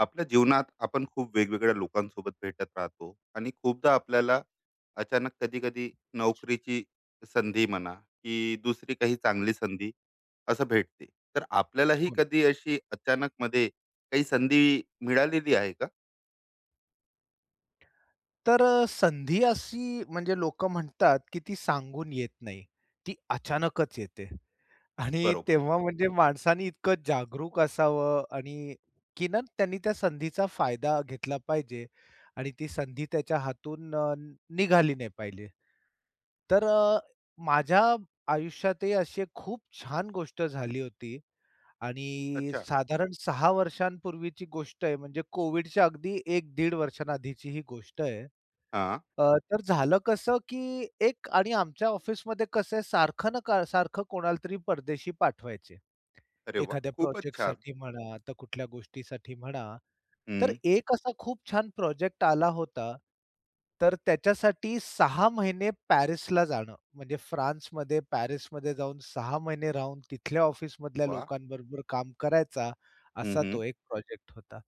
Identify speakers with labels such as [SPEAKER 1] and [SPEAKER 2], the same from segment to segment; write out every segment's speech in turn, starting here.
[SPEAKER 1] आपल्या जीवनात आपण खूप वेगवेगळ्या लोकांसोबत भेटत राहतो आणि खूपदा आपल्याला अचानक कधी कधी नोकरीची संधी म्हणा की दुसरी काही चांगली संधी असं भेटते. तर आपल्यालाही
[SPEAKER 2] हो ना.
[SPEAKER 1] कधी अशी अचानक मध्ये काही संधी मिळालेली आहे का?
[SPEAKER 2] तर संधी अशी म्हणजे लोकं म्हणतात, की ती सांगून येत नाही. ती अचानकच येते आणि
[SPEAKER 1] बरोबर.
[SPEAKER 2] तेव्हा म्हणजे माणसाने इतकं जागरूक असावं आणि की ना त्यांनी त्या संधीचा फायदा घेतला पाहिजे आणि ती संधी त्याच्या हातून निघाली नाही पाहिजे. तर माझ्या आयुष्यातही अशी एक खूप छान गोष्ट झाली होती आणि
[SPEAKER 1] अच्छा.
[SPEAKER 2] साधारण 6 वर्षांपूर्वीची गोष्ट आहे. म्हणजे कोविडच्या अगदी 1-1.5 वर्षांआधीची ही गोष्ट आहे.
[SPEAKER 1] हा.
[SPEAKER 2] अ, तर झालं कसं, की एक आणि आमच्या ऑफिसमध्ये कसं आहे, सारखं ना का सारखं कोणाला तरी परदेशी पाठवायचे.
[SPEAKER 1] अरे वा,
[SPEAKER 2] एखाद्या
[SPEAKER 1] खूपच छान.
[SPEAKER 2] प्रोजेक्टसाठी म्हणा, तर कुठल्या गोष्टीसाठी म्हणा. तर
[SPEAKER 1] हम्म.
[SPEAKER 2] एक असा खूप छान प्रोजेक्ट आला होता. तर त्याच्यासाठी 6 महिने पॅरिसला जाणं, म्हणजे फ्रान्समध्ये, पॅरिसमध्ये जाऊन 6 महिने राहून तिथल्या ऑफिसमधल्या
[SPEAKER 1] वा.
[SPEAKER 2] लोकांबरोबर काम करायचा, असा
[SPEAKER 1] हम्म.
[SPEAKER 2] तो एक प्रोजेक्ट होता.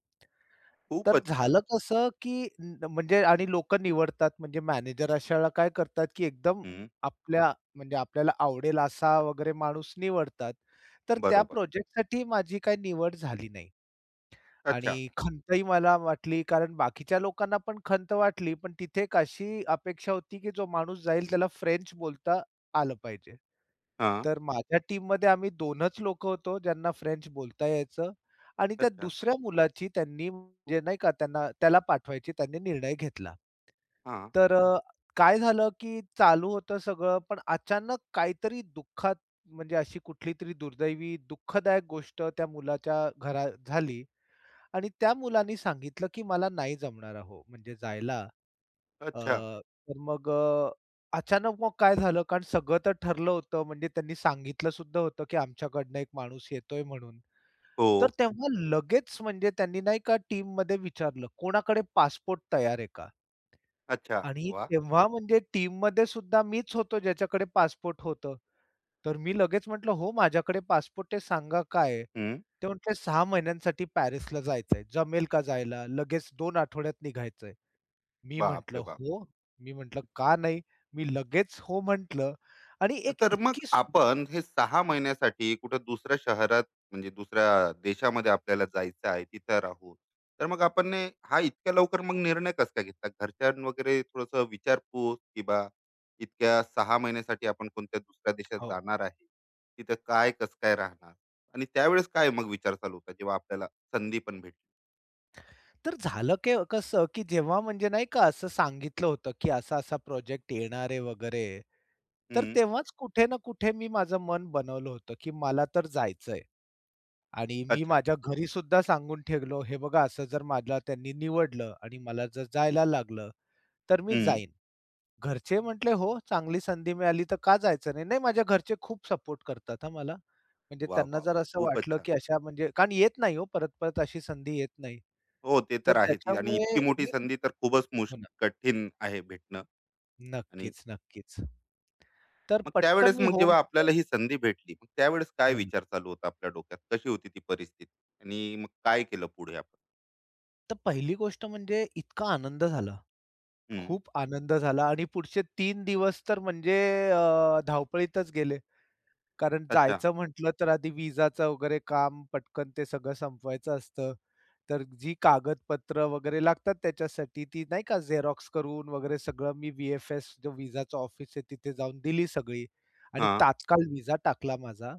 [SPEAKER 2] तर
[SPEAKER 1] खूपच छान.
[SPEAKER 2] झालं कसं, की न म्हणजे आणि लोकं निवडतात म्हणजे मॅनेजर अशाला काय करतात, की एकदम
[SPEAKER 1] हम्म.
[SPEAKER 2] आपल्या म्हणजे आपल्याला आवडेल असा वगैरे माणूस निवडतात. तर त्या
[SPEAKER 1] बरोबर.
[SPEAKER 2] प्रोजेक्टसाठी माझी काही निवड झाली नाही आणि
[SPEAKER 1] अच्छा.
[SPEAKER 2] खंतही मला वाटली कारण बाकीच्या लोकांना पण खंत वाटली, पण तिथे एक अशी अपेक्षा होती, की जो माणूस जाईल त्याला फ्रेंच बोलता आलं पाहिजे.
[SPEAKER 1] हा.
[SPEAKER 2] तर माझ्या टीममध्ये आम्ही दोनच लोक होतो ज्यांना फ्रेंच बोलता यायचं आणि त्या
[SPEAKER 1] अच्छा.
[SPEAKER 2] दुसऱ्या मुलाची त्यांनी म्हणजे नाही का त्यांना त्याला पाठवायची त्यांनी निर्णय घेतला.
[SPEAKER 1] हा.
[SPEAKER 2] तर काय झालं, की चालू होतं सगळं, पण अचानक काहीतरी दुःखात म्हणजे अशी कुठलीतरी दुर्दैवी, दुःखदायक गोष्ट त्या मुलाच्या घरात झाली आणि त्या मुलानी सांगितलं, की "मला नाही जमणार अहो, म्हणजे जायला." अ,
[SPEAKER 1] अच्छा.
[SPEAKER 2] तर मग अचानक मग काय झालं, कारण सगळं तर ठरलं होतं. म्हणजे त्यांनी सांगितलं सुद्धा होतं, की आमच्याकडनं एक माणूस येतोय म्हणून.
[SPEAKER 1] हो.
[SPEAKER 2] तर तेव्हा लगेच म्हणजे त्यांनी नाही का टीममध्ये विचारलं, "कोणाकडे पासपोर्ट तयार आहे का?"
[SPEAKER 1] अच्छा.
[SPEAKER 2] आणि
[SPEAKER 1] वा.
[SPEAKER 2] तेव्हा म्हणजे टीममध्ये सुद्धा मीच होतो ज्याच्याकडे पासपोर्ट होतं. तर मी लगेच म्हटलं, "हो, माझ्याकडे पासपोर्ट आहे, सांगा काय आहे?"
[SPEAKER 1] हम्म.
[SPEAKER 2] ते म्हटले, "6 महिन्यांसाठी पॅरिसला जायचंय. जमेल का जायला? लगेच 2 आठवड्यात निघायचंय." मी
[SPEAKER 1] बाप
[SPEAKER 2] म्हटलं,
[SPEAKER 1] रे बाप.
[SPEAKER 2] "हो." मी म्हटलं, "का नाही?" मी लगेच हो म्हटलं आणि एक
[SPEAKER 1] तर मग
[SPEAKER 2] इतकी.
[SPEAKER 1] आपण हे सहा महिन्यासाठी कुठं दुसऱ्या शहरात, म्हणजे दुसऱ्या देशामध्ये आपल्याला जायचं आहे, तिथं राहू. तर मग आपण ने हा इतक्या लवकर मग निर्णय कसा काय घेतला? घरच्यां वगैरे थोडंसं विचारपूस की बा इतक्या 6 महिन्यासाठी आपण कोणत्या दुसऱ्या देशात
[SPEAKER 2] हो.
[SPEAKER 1] जाणार आहे. तिथं काय कसं काय राहणार? आणि त्यावेळेस काय मग विचार चालू होता जेव्हा आपल्याला संधी पण भेटली?
[SPEAKER 2] तर झालं कसं, की जेव्हा म्हणजे नाही का असं सांगितलं होतं, की असा-असा प्रोजेक्ट येणार आहे वगैरे. तर
[SPEAKER 1] हं.
[SPEAKER 2] तेव्हाच कुठे ना कुठे मी माझं मन बनवलं होतं, की मला तर जायचंय आणि मी
[SPEAKER 1] अच्छा.
[SPEAKER 2] माझ्या घरी सुद्धा सांगून ठेवलो, "हे बघा असं जर मला त्यांनी निवडलं आणि मला जर जायला लागलं, तर मी
[SPEAKER 1] हं.
[SPEAKER 2] जाईन." घरचे म्हटले, "हो, चांगली संधी मिळाली तर का जायचं नाही?" नाही, माझ्या घरचे खूप सपोर्ट करतात हां मला. म्हणजे
[SPEAKER 1] वाह,
[SPEAKER 2] त्यांना
[SPEAKER 1] वाह, वाह!
[SPEAKER 2] जर असं
[SPEAKER 1] खूपच
[SPEAKER 2] वाटलं,
[SPEAKER 1] छान.
[SPEAKER 2] की अशा म्हणजे कारण येत नाही हो परत-परत अशी संधी येत नाही.
[SPEAKER 1] हो, ते तर
[SPEAKER 2] तर
[SPEAKER 1] आहेच. आणि
[SPEAKER 2] त्याच्यामुळे
[SPEAKER 1] इतकी मोठी
[SPEAKER 2] मी
[SPEAKER 1] संधी तर खूपच मुश
[SPEAKER 2] हो ना.
[SPEAKER 1] कठीण आहे भेटणं. आणि
[SPEAKER 2] नक्कीच, नक्कीच. तर
[SPEAKER 1] मग
[SPEAKER 2] पटकन
[SPEAKER 1] त्यावेळेस
[SPEAKER 2] मी
[SPEAKER 1] मग
[SPEAKER 2] हो
[SPEAKER 1] जेव्हा
[SPEAKER 2] म्हटलं.
[SPEAKER 1] आपल्याला ही संधी भेटली, मग त्यावेळेस काय
[SPEAKER 2] हो ना.
[SPEAKER 1] विचार चालू होता आपल्या डोक्यात? कशी होती ती परिस्थिती? आणि मग काय केलं पुढे आपण?
[SPEAKER 2] तर पहिली गोष्ट म्हणजे इतका आनंद झाला.
[SPEAKER 1] हं.
[SPEAKER 2] खूप आनंद झाला आणि पुढचे 3 दिवस तर म्हणजे धावपळीतच गेले. कारण
[SPEAKER 1] अच्छा.
[SPEAKER 2] जायचं म्हटलं तर आधी विजाचं वगैरे काम पटकन ते सगळं संपवायचं असतं. तर जी कागदपत्र वगैरे लागतात त्याच्यासाठी ती नाही का झेरॉक्स करून वगैरे सगळं मी व्ही-एफ-एस जो विजाचं ऑफिस आहे तिथे जाऊन दिली सगळी आणि
[SPEAKER 1] हां.
[SPEAKER 2] तात्काळ विजा टाकला माझा.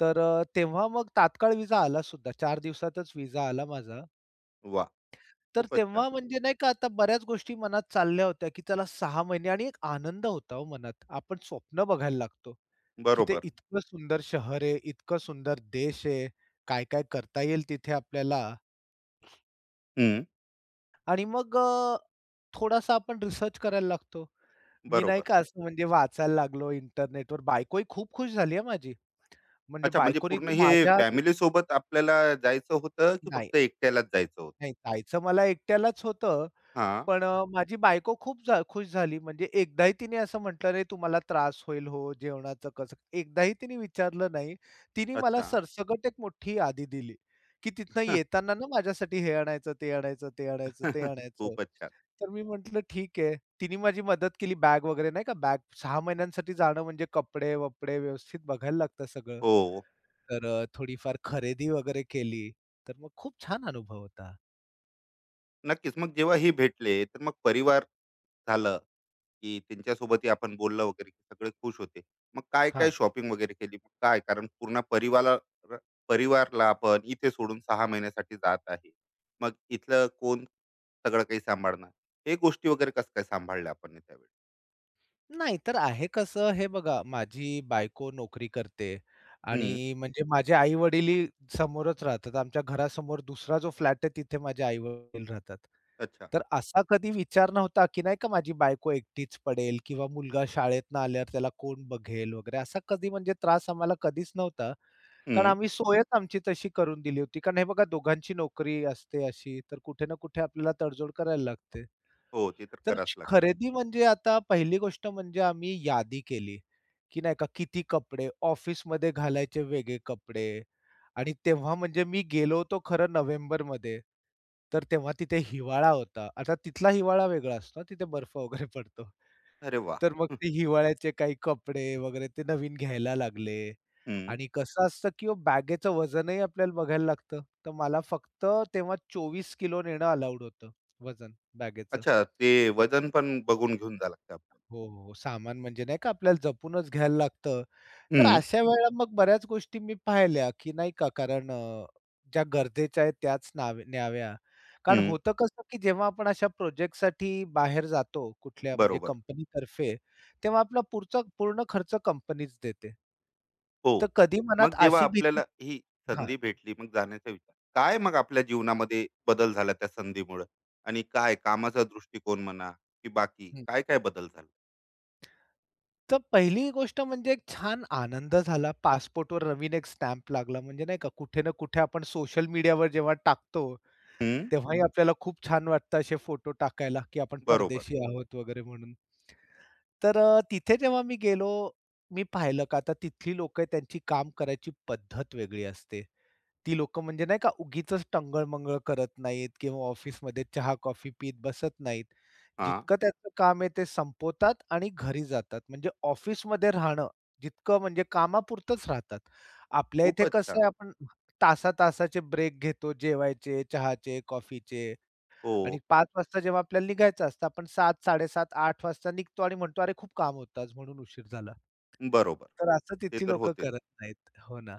[SPEAKER 2] तर तेव्हा मग तात्काळ विजा आला सुद्धा. 4 दिवसातच विजा आला माझा.
[SPEAKER 1] वा,
[SPEAKER 2] तर
[SPEAKER 1] खूपच छान.
[SPEAKER 2] तेव्हा म्हणजे नाही का आता बऱ्याच गोष्टी मनात चालल्या होत्या, की चला 6 महिने आणि एक आनंद होता हो मनात. आपण स्वप्न बघायला लागतो. की ते
[SPEAKER 1] बरोबर.
[SPEAKER 2] इतकं सुंदर शहर आहे, इतकं सुंदर देश आहे, काय-काय करता येईल तिथे आपल्याला
[SPEAKER 1] हं.
[SPEAKER 2] आणि मग थोडासा आपण रिसर्च करायला लागतो. मी नाही
[SPEAKER 1] बरोबर.
[SPEAKER 2] का असं म्हणजे वाचायला लागलो इंटरनेटवर. बायकोही खूप खुश झाली आहे माझी. म्हणजे
[SPEAKER 1] अच्छा, म्हणजे
[SPEAKER 2] बायकोनी
[SPEAKER 1] पूर्ण
[SPEAKER 2] तर
[SPEAKER 1] हे
[SPEAKER 2] माझ्या आधी
[SPEAKER 1] फॅमिलीसोबत आपल्याला जायचं होतं की
[SPEAKER 2] नाही.
[SPEAKER 1] फक्त एकट्यालाच जायचं होतं?
[SPEAKER 2] नाही, जायचं मला एकट्यालाच होतं.
[SPEAKER 1] हां.
[SPEAKER 2] पण माझी बायको खूप खुश झाली. म्हणजे एकदाही तिने असं म्हटलं नाही, "तुम्हाला त्रास होईल हो जेवणाचं कसं?" एकदाही तिने विचारलं नाही. तिने मला
[SPEAKER 1] अच्छा.
[SPEAKER 2] सरसकट एक मोठी यादी दिली, की तिथनं येताना ना माझ्यासाठी हे आणायचं, ते आणायचं, ते आणायचं, ते आणायचं.
[SPEAKER 1] खूपच छान.
[SPEAKER 2] तर मी म्हटलं, "ठीक आहे." तिने माझी मदत केली. बॅग वगैरे नाही का, बॅग 6 महिन्यांसाठी जाणं म्हणजे कपडे-वपडे व्यवस्थित बघायला लागतं सगळं.
[SPEAKER 1] हो.
[SPEAKER 2] तर थोडीफार खरेदी वगैरे केली. तर मग खूप छान अनुभव होता.
[SPEAKER 1] नक्कीच. मग जेव्हा हे भेटले, तर मग परिवार झालं की त्यांच्यासोबतही आपण बोललं वगैरे की सगळे खुश होते. मग काय-काय
[SPEAKER 2] हां.
[SPEAKER 1] शॉपिंग वगैरे केली? मग काय, कारण पूर्ण परिवाला परिवारला आपण इथे सोडून सहा महिन्यासाठी जात आहे. मग इथलं कोण सगळं काही सांभाळणार? हे गोष्टी वगैरे कसं काय सांभाळल्या आपण हे त्यावेळी?
[SPEAKER 2] नाही, तर आहे कसं, हे बघा माझी बायको नोकरी करते
[SPEAKER 1] हं.
[SPEAKER 2] आणि म्हणजे माझे आई-वडीलही समोरच राहतात. आमच्या घरासमोर दुसरा जो फ्लॅट आहे तिथे माझे आई-वडील राहतात.
[SPEAKER 1] अच्छा.
[SPEAKER 2] तर असा कधी विचार नव्हता, की नाही का माझी बायको एकटीच पडेल किंवा मुलगा शाळेतनं आल्यावर त्याला कोण बघेल वगैरे असा कधी म्हणजे त्रास आम्हाला कधीच नव्हता. कारण
[SPEAKER 1] हं.
[SPEAKER 2] आम्ही सोयच आमची तशी करून दिली होती. कारण हे बघा दोघांची नोकरी असते अशी, तर कुठे ना कुठे आपल्याला तडजोड करायला लागते.
[SPEAKER 1] हो, ते तर
[SPEAKER 2] तर
[SPEAKER 1] करावंच लागतं.
[SPEAKER 2] खरेदी म्हणजे आता पहिली गोष्ट म्हणजे आम्ही यादी केली, की नाही का किती कपडे, ऑफिसमध्ये घालायचे वेगळे कपडे आणि तेव्हा म्हणजे मी गेलो होतो खरं नोव्हेंबरमध्ये, तर तेव्हा तिथे हिवाळा होता. आता तिथला हिवाळा वेगळा असतो, ना, तिथे बर्फ वगैरे पडतो.
[SPEAKER 1] अरे वाह!
[SPEAKER 2] तर मग ते हिवाळ्याचे काही कपडे वगैरे ते नवीन घ्यायला लागले
[SPEAKER 1] हं.
[SPEAKER 2] आणि कसं असतं, की ओ बॅगेचं वजनही आपल्याला बघायला लागतं. तर मला फक्त तेव्हा 24 किलो नेणं अलाउड होतं वजन बॅगेचं.
[SPEAKER 1] अच्छा, ते वजन पण बघून घेऊन जावं लागतं आपल्याला.
[SPEAKER 2] हो, हो. सामान म्हणजे नाही का आपल्याला जपूनच घ्यायला लागतं. तर
[SPEAKER 1] हं,
[SPEAKER 2] अशा वेळेला मग बऱ्याच गोष्टी मी पाहिल्या, की नाही का कारण ज्या गरजेच्या आहेत त्याच नावे न्याव्या. कारण
[SPEAKER 1] हं.
[SPEAKER 2] होतं कसं, की जेव्हा आपण अशा प्रोजेक्टसाठी बाहेर जातो कुठल्या म्हणजे
[SPEAKER 1] बरोबर.
[SPEAKER 2] कंपनीतर्फे, तेव्हा आपला पुढचा पूर्ण खर्च कंपनीच देते.
[SPEAKER 1] हो.
[SPEAKER 2] तर कधी मनात
[SPEAKER 1] मग जेव्हा
[SPEAKER 2] अशी
[SPEAKER 1] आपल्याला
[SPEAKER 2] भीती
[SPEAKER 1] ही
[SPEAKER 2] हां,
[SPEAKER 1] संधी भेटली, मग जाण्याचा विचार. काय मग आपल्या जीवनामध्ये बदल झाला त्या संधीमुळं? आणि काय कामाचा दृष्टिकोन म्हणा, की बाकी
[SPEAKER 2] हं.
[SPEAKER 1] काय-काय बदल झाला?
[SPEAKER 2] तर पहिली गोष्ट म्हणजे एक छान आनंद झाला. पासपोर्टवर नवीन एक स्टॅम्प लागला म्हणजे नाही का कुठे ना कुठे आपण सोशल मीडियावर जेव्हा टाकतो,
[SPEAKER 1] हं,
[SPEAKER 2] तेव्हाही आपल्याला खूप छान वाटतं असे फोटो टाकायला, की आपण
[SPEAKER 1] बरोबर.
[SPEAKER 2] परदेशी आहोत वगैरे म्हणून. तर तिथे जेव्हा मी गेलो, मी पाहिलं का आता तिथली लोकं त्यांची काम करायची पद्धत वेगळी असते. ती लोकं म्हणजे नाही का उगीचच टंगळ-मंगळ करत नाहीत किंवा ऑफिसमध्ये चहा-कॉफी पीत बसत नाहीत.
[SPEAKER 1] हां,
[SPEAKER 2] जितकं त्यांचं काम आहे ते संपवतात आणि घरी जातात. म्हणजे ऑफिसमध्ये राहणं जितकं म्हणजे कामापुरतंच राहतात. आपल्या इथे
[SPEAKER 1] खूपच
[SPEAKER 2] कसं
[SPEAKER 1] छान.
[SPEAKER 2] आहे आपण तासा-तासाचे ब्रेक घेतो जेवायचे, चहाचे, कॉफीचे. आणि
[SPEAKER 1] हो,
[SPEAKER 2] 5 वाजता जेव्हा आपल्याला निघायचं असतं, आपण 7, 7:30, 8 वाजता निघतो आणि म्हणतो, "अरे, खूप काम होतं आज, म्हणून उशीर झाला."
[SPEAKER 1] बरोबर.
[SPEAKER 2] तर असं
[SPEAKER 1] ते
[SPEAKER 2] तिथली
[SPEAKER 1] तर
[SPEAKER 2] लोकं
[SPEAKER 1] होतेच.
[SPEAKER 2] करत नाहीत. हो ना.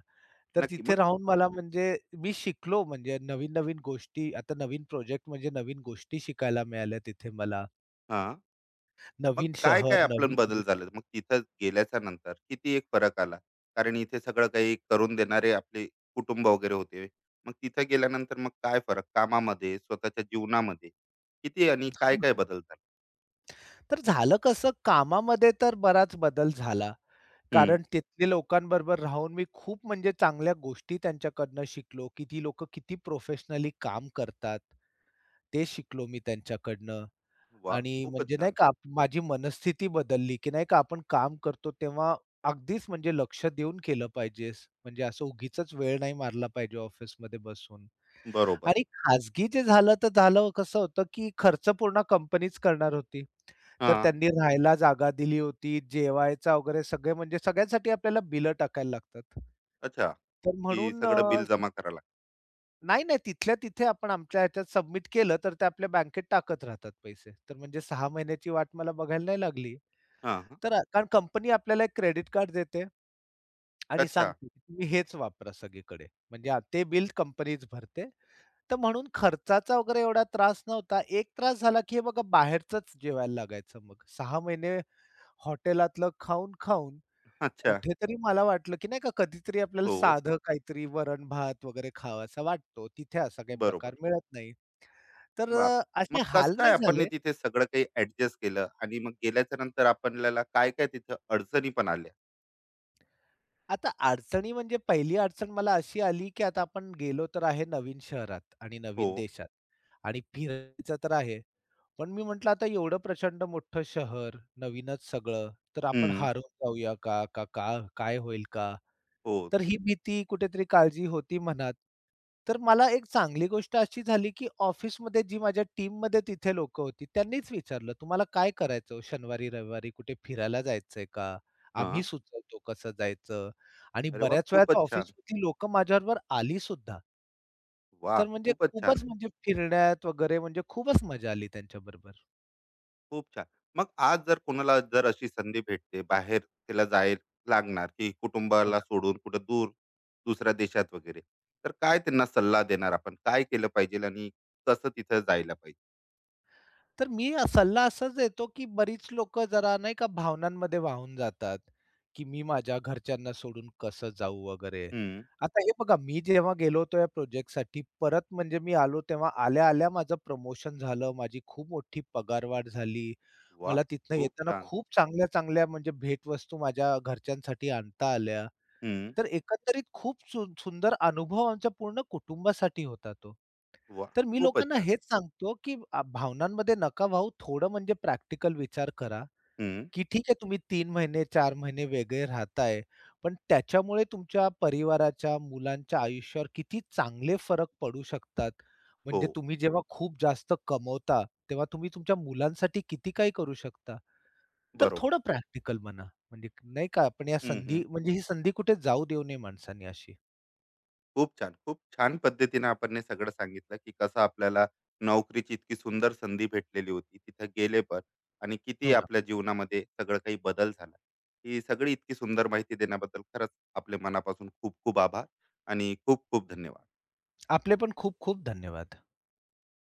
[SPEAKER 2] तर
[SPEAKER 1] नक्की.
[SPEAKER 2] तिथे
[SPEAKER 1] मग
[SPEAKER 2] राहून मला म्हणजे मी शिकलो म्हणजे नवीन-नवीन गोष्टी, आता नवीन प्रोजेक्ट म्हणजे नवीन गोष्टी शिकायला मिळाल्या तिथे मला.
[SPEAKER 1] हां. मग
[SPEAKER 2] नवीन
[SPEAKER 1] काय काय
[SPEAKER 2] शहर,
[SPEAKER 1] आपलं
[SPEAKER 2] नवीन
[SPEAKER 1] बदल
[SPEAKER 2] देश.
[SPEAKER 1] झाले? मग तिथं गेल्याच्या नंतर किती एक फरक आला? कारण इथे सगळं काही करून देणारे आपले कुटुंब वगैरे होते. मग तिथं गेल्यानंतर मग काय फरक कामामध्ये, स्वतःच्या जीवनामध्ये किती आणि काय-काय बदल झाले?
[SPEAKER 2] तर झालं कसं, कामामध्ये तर बराच बदल झाला.
[SPEAKER 1] हं.
[SPEAKER 2] कारण तिथल्या लोकांबरोबर राहून मी खूप म्हणजे चांगल्या गोष्टी त्यांच्याकडनं शिकलो, की ती लोकं किती प्रोफेशनली काम करतात. ते शिकलो मी त्यांच्याकडनं
[SPEAKER 1] वाह!
[SPEAKER 2] आणि
[SPEAKER 1] खूपच
[SPEAKER 2] म्हणजे नाही
[SPEAKER 1] छान.
[SPEAKER 2] का माझी मनस्थिती बदलली, की नाही का आपण काम करतो तेव्हा अगदीच म्हणजे लक्ष देऊन केलं पाहिजेस. म्हणजे असं उगीचच वेळ नाही मारला पाहिजे ऑफिसमध्ये बसून.
[SPEAKER 1] बरोबर.
[SPEAKER 2] आणि खाजगी जे झालं तर झालं कसं होतं, की खर्च पूर्ण कंपनीच करणार होती. तर
[SPEAKER 1] हां.
[SPEAKER 2] त्यांनी राहायला जागा दिली होती, जेवायचा वगैरे सगळे म्हणजे सगळ्यांसाठी आपल्याला बिलं टाकायला लागतात.
[SPEAKER 1] अच्छा,
[SPEAKER 2] तर
[SPEAKER 1] की
[SPEAKER 2] म्हणून
[SPEAKER 1] सगळं बिल जमा करावं लागतं.
[SPEAKER 2] नाही, नाही. तिथल्या तिथे आपण आमच्या ह्याच्यात सबमिट केलं, तर ते आपल्या बँकेत टाकत राहतात पैसे. तर म्हणजे 6 महिन्याची वाट मला बघायला नाही लागली.
[SPEAKER 1] हां,
[SPEAKER 2] तर कारण कंपनी आपल्याला एक क्रेडिट कार्ड देते आणि
[SPEAKER 1] अच्छा,
[SPEAKER 2] सांगते, की "तुम्ही हेच वापरा सगळीकडे." म्हणजे ते बिल कंपनीच भरते. तर म्हणून खर्चाचा वगैरे एवढा त्रास नव्हता. एक त्रास झाला, की हे बघा बाहेरचंच जेवायला लागायचं मग. 6 महिने हॉटेलातलं खाऊन-खाऊन
[SPEAKER 1] अच्छा.
[SPEAKER 2] कुठेतरी मला वाटलं, की नाही का कधीतरी आपल्याला
[SPEAKER 1] हो,
[SPEAKER 2] साधं काहीतरी वरण-भात वगैरे खावासा वाटतो. तिथे असा काही
[SPEAKER 1] बरोबर.
[SPEAKER 2] प्रकार मिळत नाही. तर
[SPEAKER 1] बापरे! मग
[SPEAKER 2] असे
[SPEAKER 1] कसं
[SPEAKER 2] हाल
[SPEAKER 1] काय
[SPEAKER 2] नाही
[SPEAKER 1] आपण हे
[SPEAKER 2] झाले.
[SPEAKER 1] तिथे सगळं काही ॲडजस्ट केलं आणि मग गेल्याच्या नंतर आपल्याला काय-काय तिथं अडचणी पण आल्या?
[SPEAKER 2] आता अडचणी म्हणजे पहिली अडचण मला अशी आली, की आता आपण गेलो तर आहे नवीन शहरात आणि
[SPEAKER 1] हो.
[SPEAKER 2] नवीन देशात आणि फिरायचं तर आहे. पण मी म्हटलं आता एवढं प्रचंड मोठं शहर, नवीनच सगळं, तर आपण
[SPEAKER 1] हं.
[SPEAKER 2] हारून जाऊया का? का काय होईल का?
[SPEAKER 1] हो.
[SPEAKER 2] तर ही भीती कुठेतरी काळजी होती मनात. तर मला एक चांगली गोष्ट अशी झाली, की ऑफिसमध्ये जी माझ्या टीममध्ये तिथे लोक होती, त्यांनीच विचारलं, "तुम्हाला काय करायचं हो शनिवारी, रविवारी कुठे फिरायला जायचंय का? आम्ही
[SPEAKER 1] हां.
[SPEAKER 2] सुचवतो कसं जायचं." आणि
[SPEAKER 1] अरे वाह!
[SPEAKER 2] बऱ्याच वेळा त्या
[SPEAKER 1] खूपच छान.
[SPEAKER 2] ऑफिसमधली लोकं माझ्याबरोबर आली सुद्धा.
[SPEAKER 1] वाह!
[SPEAKER 2] तर म्हणजे
[SPEAKER 1] खूपच छान
[SPEAKER 2] खूपच
[SPEAKER 1] आहे.
[SPEAKER 2] म्हणजे फिरण्यात वगैरे म्हणजे खूपच मजा आली त्यांच्याबरोबर.
[SPEAKER 1] खूप छान. मग आज जर कोणाला जर अशी संधी भेटते, बाहेर त्याला जायला लागणार, की
[SPEAKER 2] हो,
[SPEAKER 1] कुटुंबाला सोडून कुठं दूर दुसऱ्या देशात वगैरे, तर काय त्यांना सल्ला देणार आपण? काय केलं पाहिजे आणि कसं तिथं जायला पाहिजे?
[SPEAKER 2] तर मी सल्ला असाच देतो, की बरीच लोकं जरा नाही का भावनांमध्ये वाहून जातात, की मी माझ्या घरच्यांना सोडून कसं जाऊ वगैरे.
[SPEAKER 1] हं.
[SPEAKER 2] आता हे बघा मी जेव्हा गेलो होतो या प्रोजेक्टसाठी परत म्हणजे मी आलो तेव्हा आल्या-आल्या माझं प्रमोशन झालं. माझी खूप मोठी पगारवाढ झाली.
[SPEAKER 1] वाह!
[SPEAKER 2] मला तिथनं
[SPEAKER 1] खूप
[SPEAKER 2] येताना
[SPEAKER 1] छान.
[SPEAKER 2] खूप चांगल्या-चांगल्या म्हणजे भेटवस्तू माझ्या घरच्यांसाठी आणता आल्या.
[SPEAKER 1] हं.
[SPEAKER 2] तर एकंदरीत खूप सुंदर अनुभव आमच्या पूर्ण कुटुंबासाठी होता तो.
[SPEAKER 1] वाह!
[SPEAKER 2] तर मी
[SPEAKER 1] खूपच
[SPEAKER 2] लोकांना
[SPEAKER 1] छान.
[SPEAKER 2] हेच सांगतो, की भावनांमध्ये नका वाहू. थोडं म्हणजे प्रॅक्टिकल विचार करा,
[SPEAKER 1] हं.
[SPEAKER 2] की ठीक आहे तुम्ही 3 महिने, 4 महिने वेगळे राहताय. पण त्याच्यामुळे तुमच्या परिवाराच्या, मुलांच्या आयुष्यावर किती चांगले फरक पडू शकतात.
[SPEAKER 1] हो.
[SPEAKER 2] म्हणजे तुम्ही जेव्हा खूप जास्त कमवता, तेव्हा तुम्ही तुमच्या मुलांसाठी किती काही करू शकता. तर
[SPEAKER 1] बरोबर.
[SPEAKER 2] थोडं प्रॅक्टिकल म्हणा. म्हणजे नाही का आपण या
[SPEAKER 1] हं,
[SPEAKER 2] संधी म्हणजे ही संधी कुठे जाऊ देऊ नये माणसांनी अशी.
[SPEAKER 1] खूप छान पद्धतीने आपण हे सगळं सांगितलं की कसं आपल्याला नोकरीची इतकी सुंदर संधी भेटलेली होती तिथे गेले पण आणि किती
[SPEAKER 2] हो ना.
[SPEAKER 1] आपल्या जीवनामध्ये सगळं काही बदल झाला. ही सगळी इतकी सुंदर माहिती देण्याबद्दल खरंच आपले मनापासून खूप खूप आभार आणि खूप खूप धन्यवाद.
[SPEAKER 2] आपले पण खूप खूप धन्यवाद.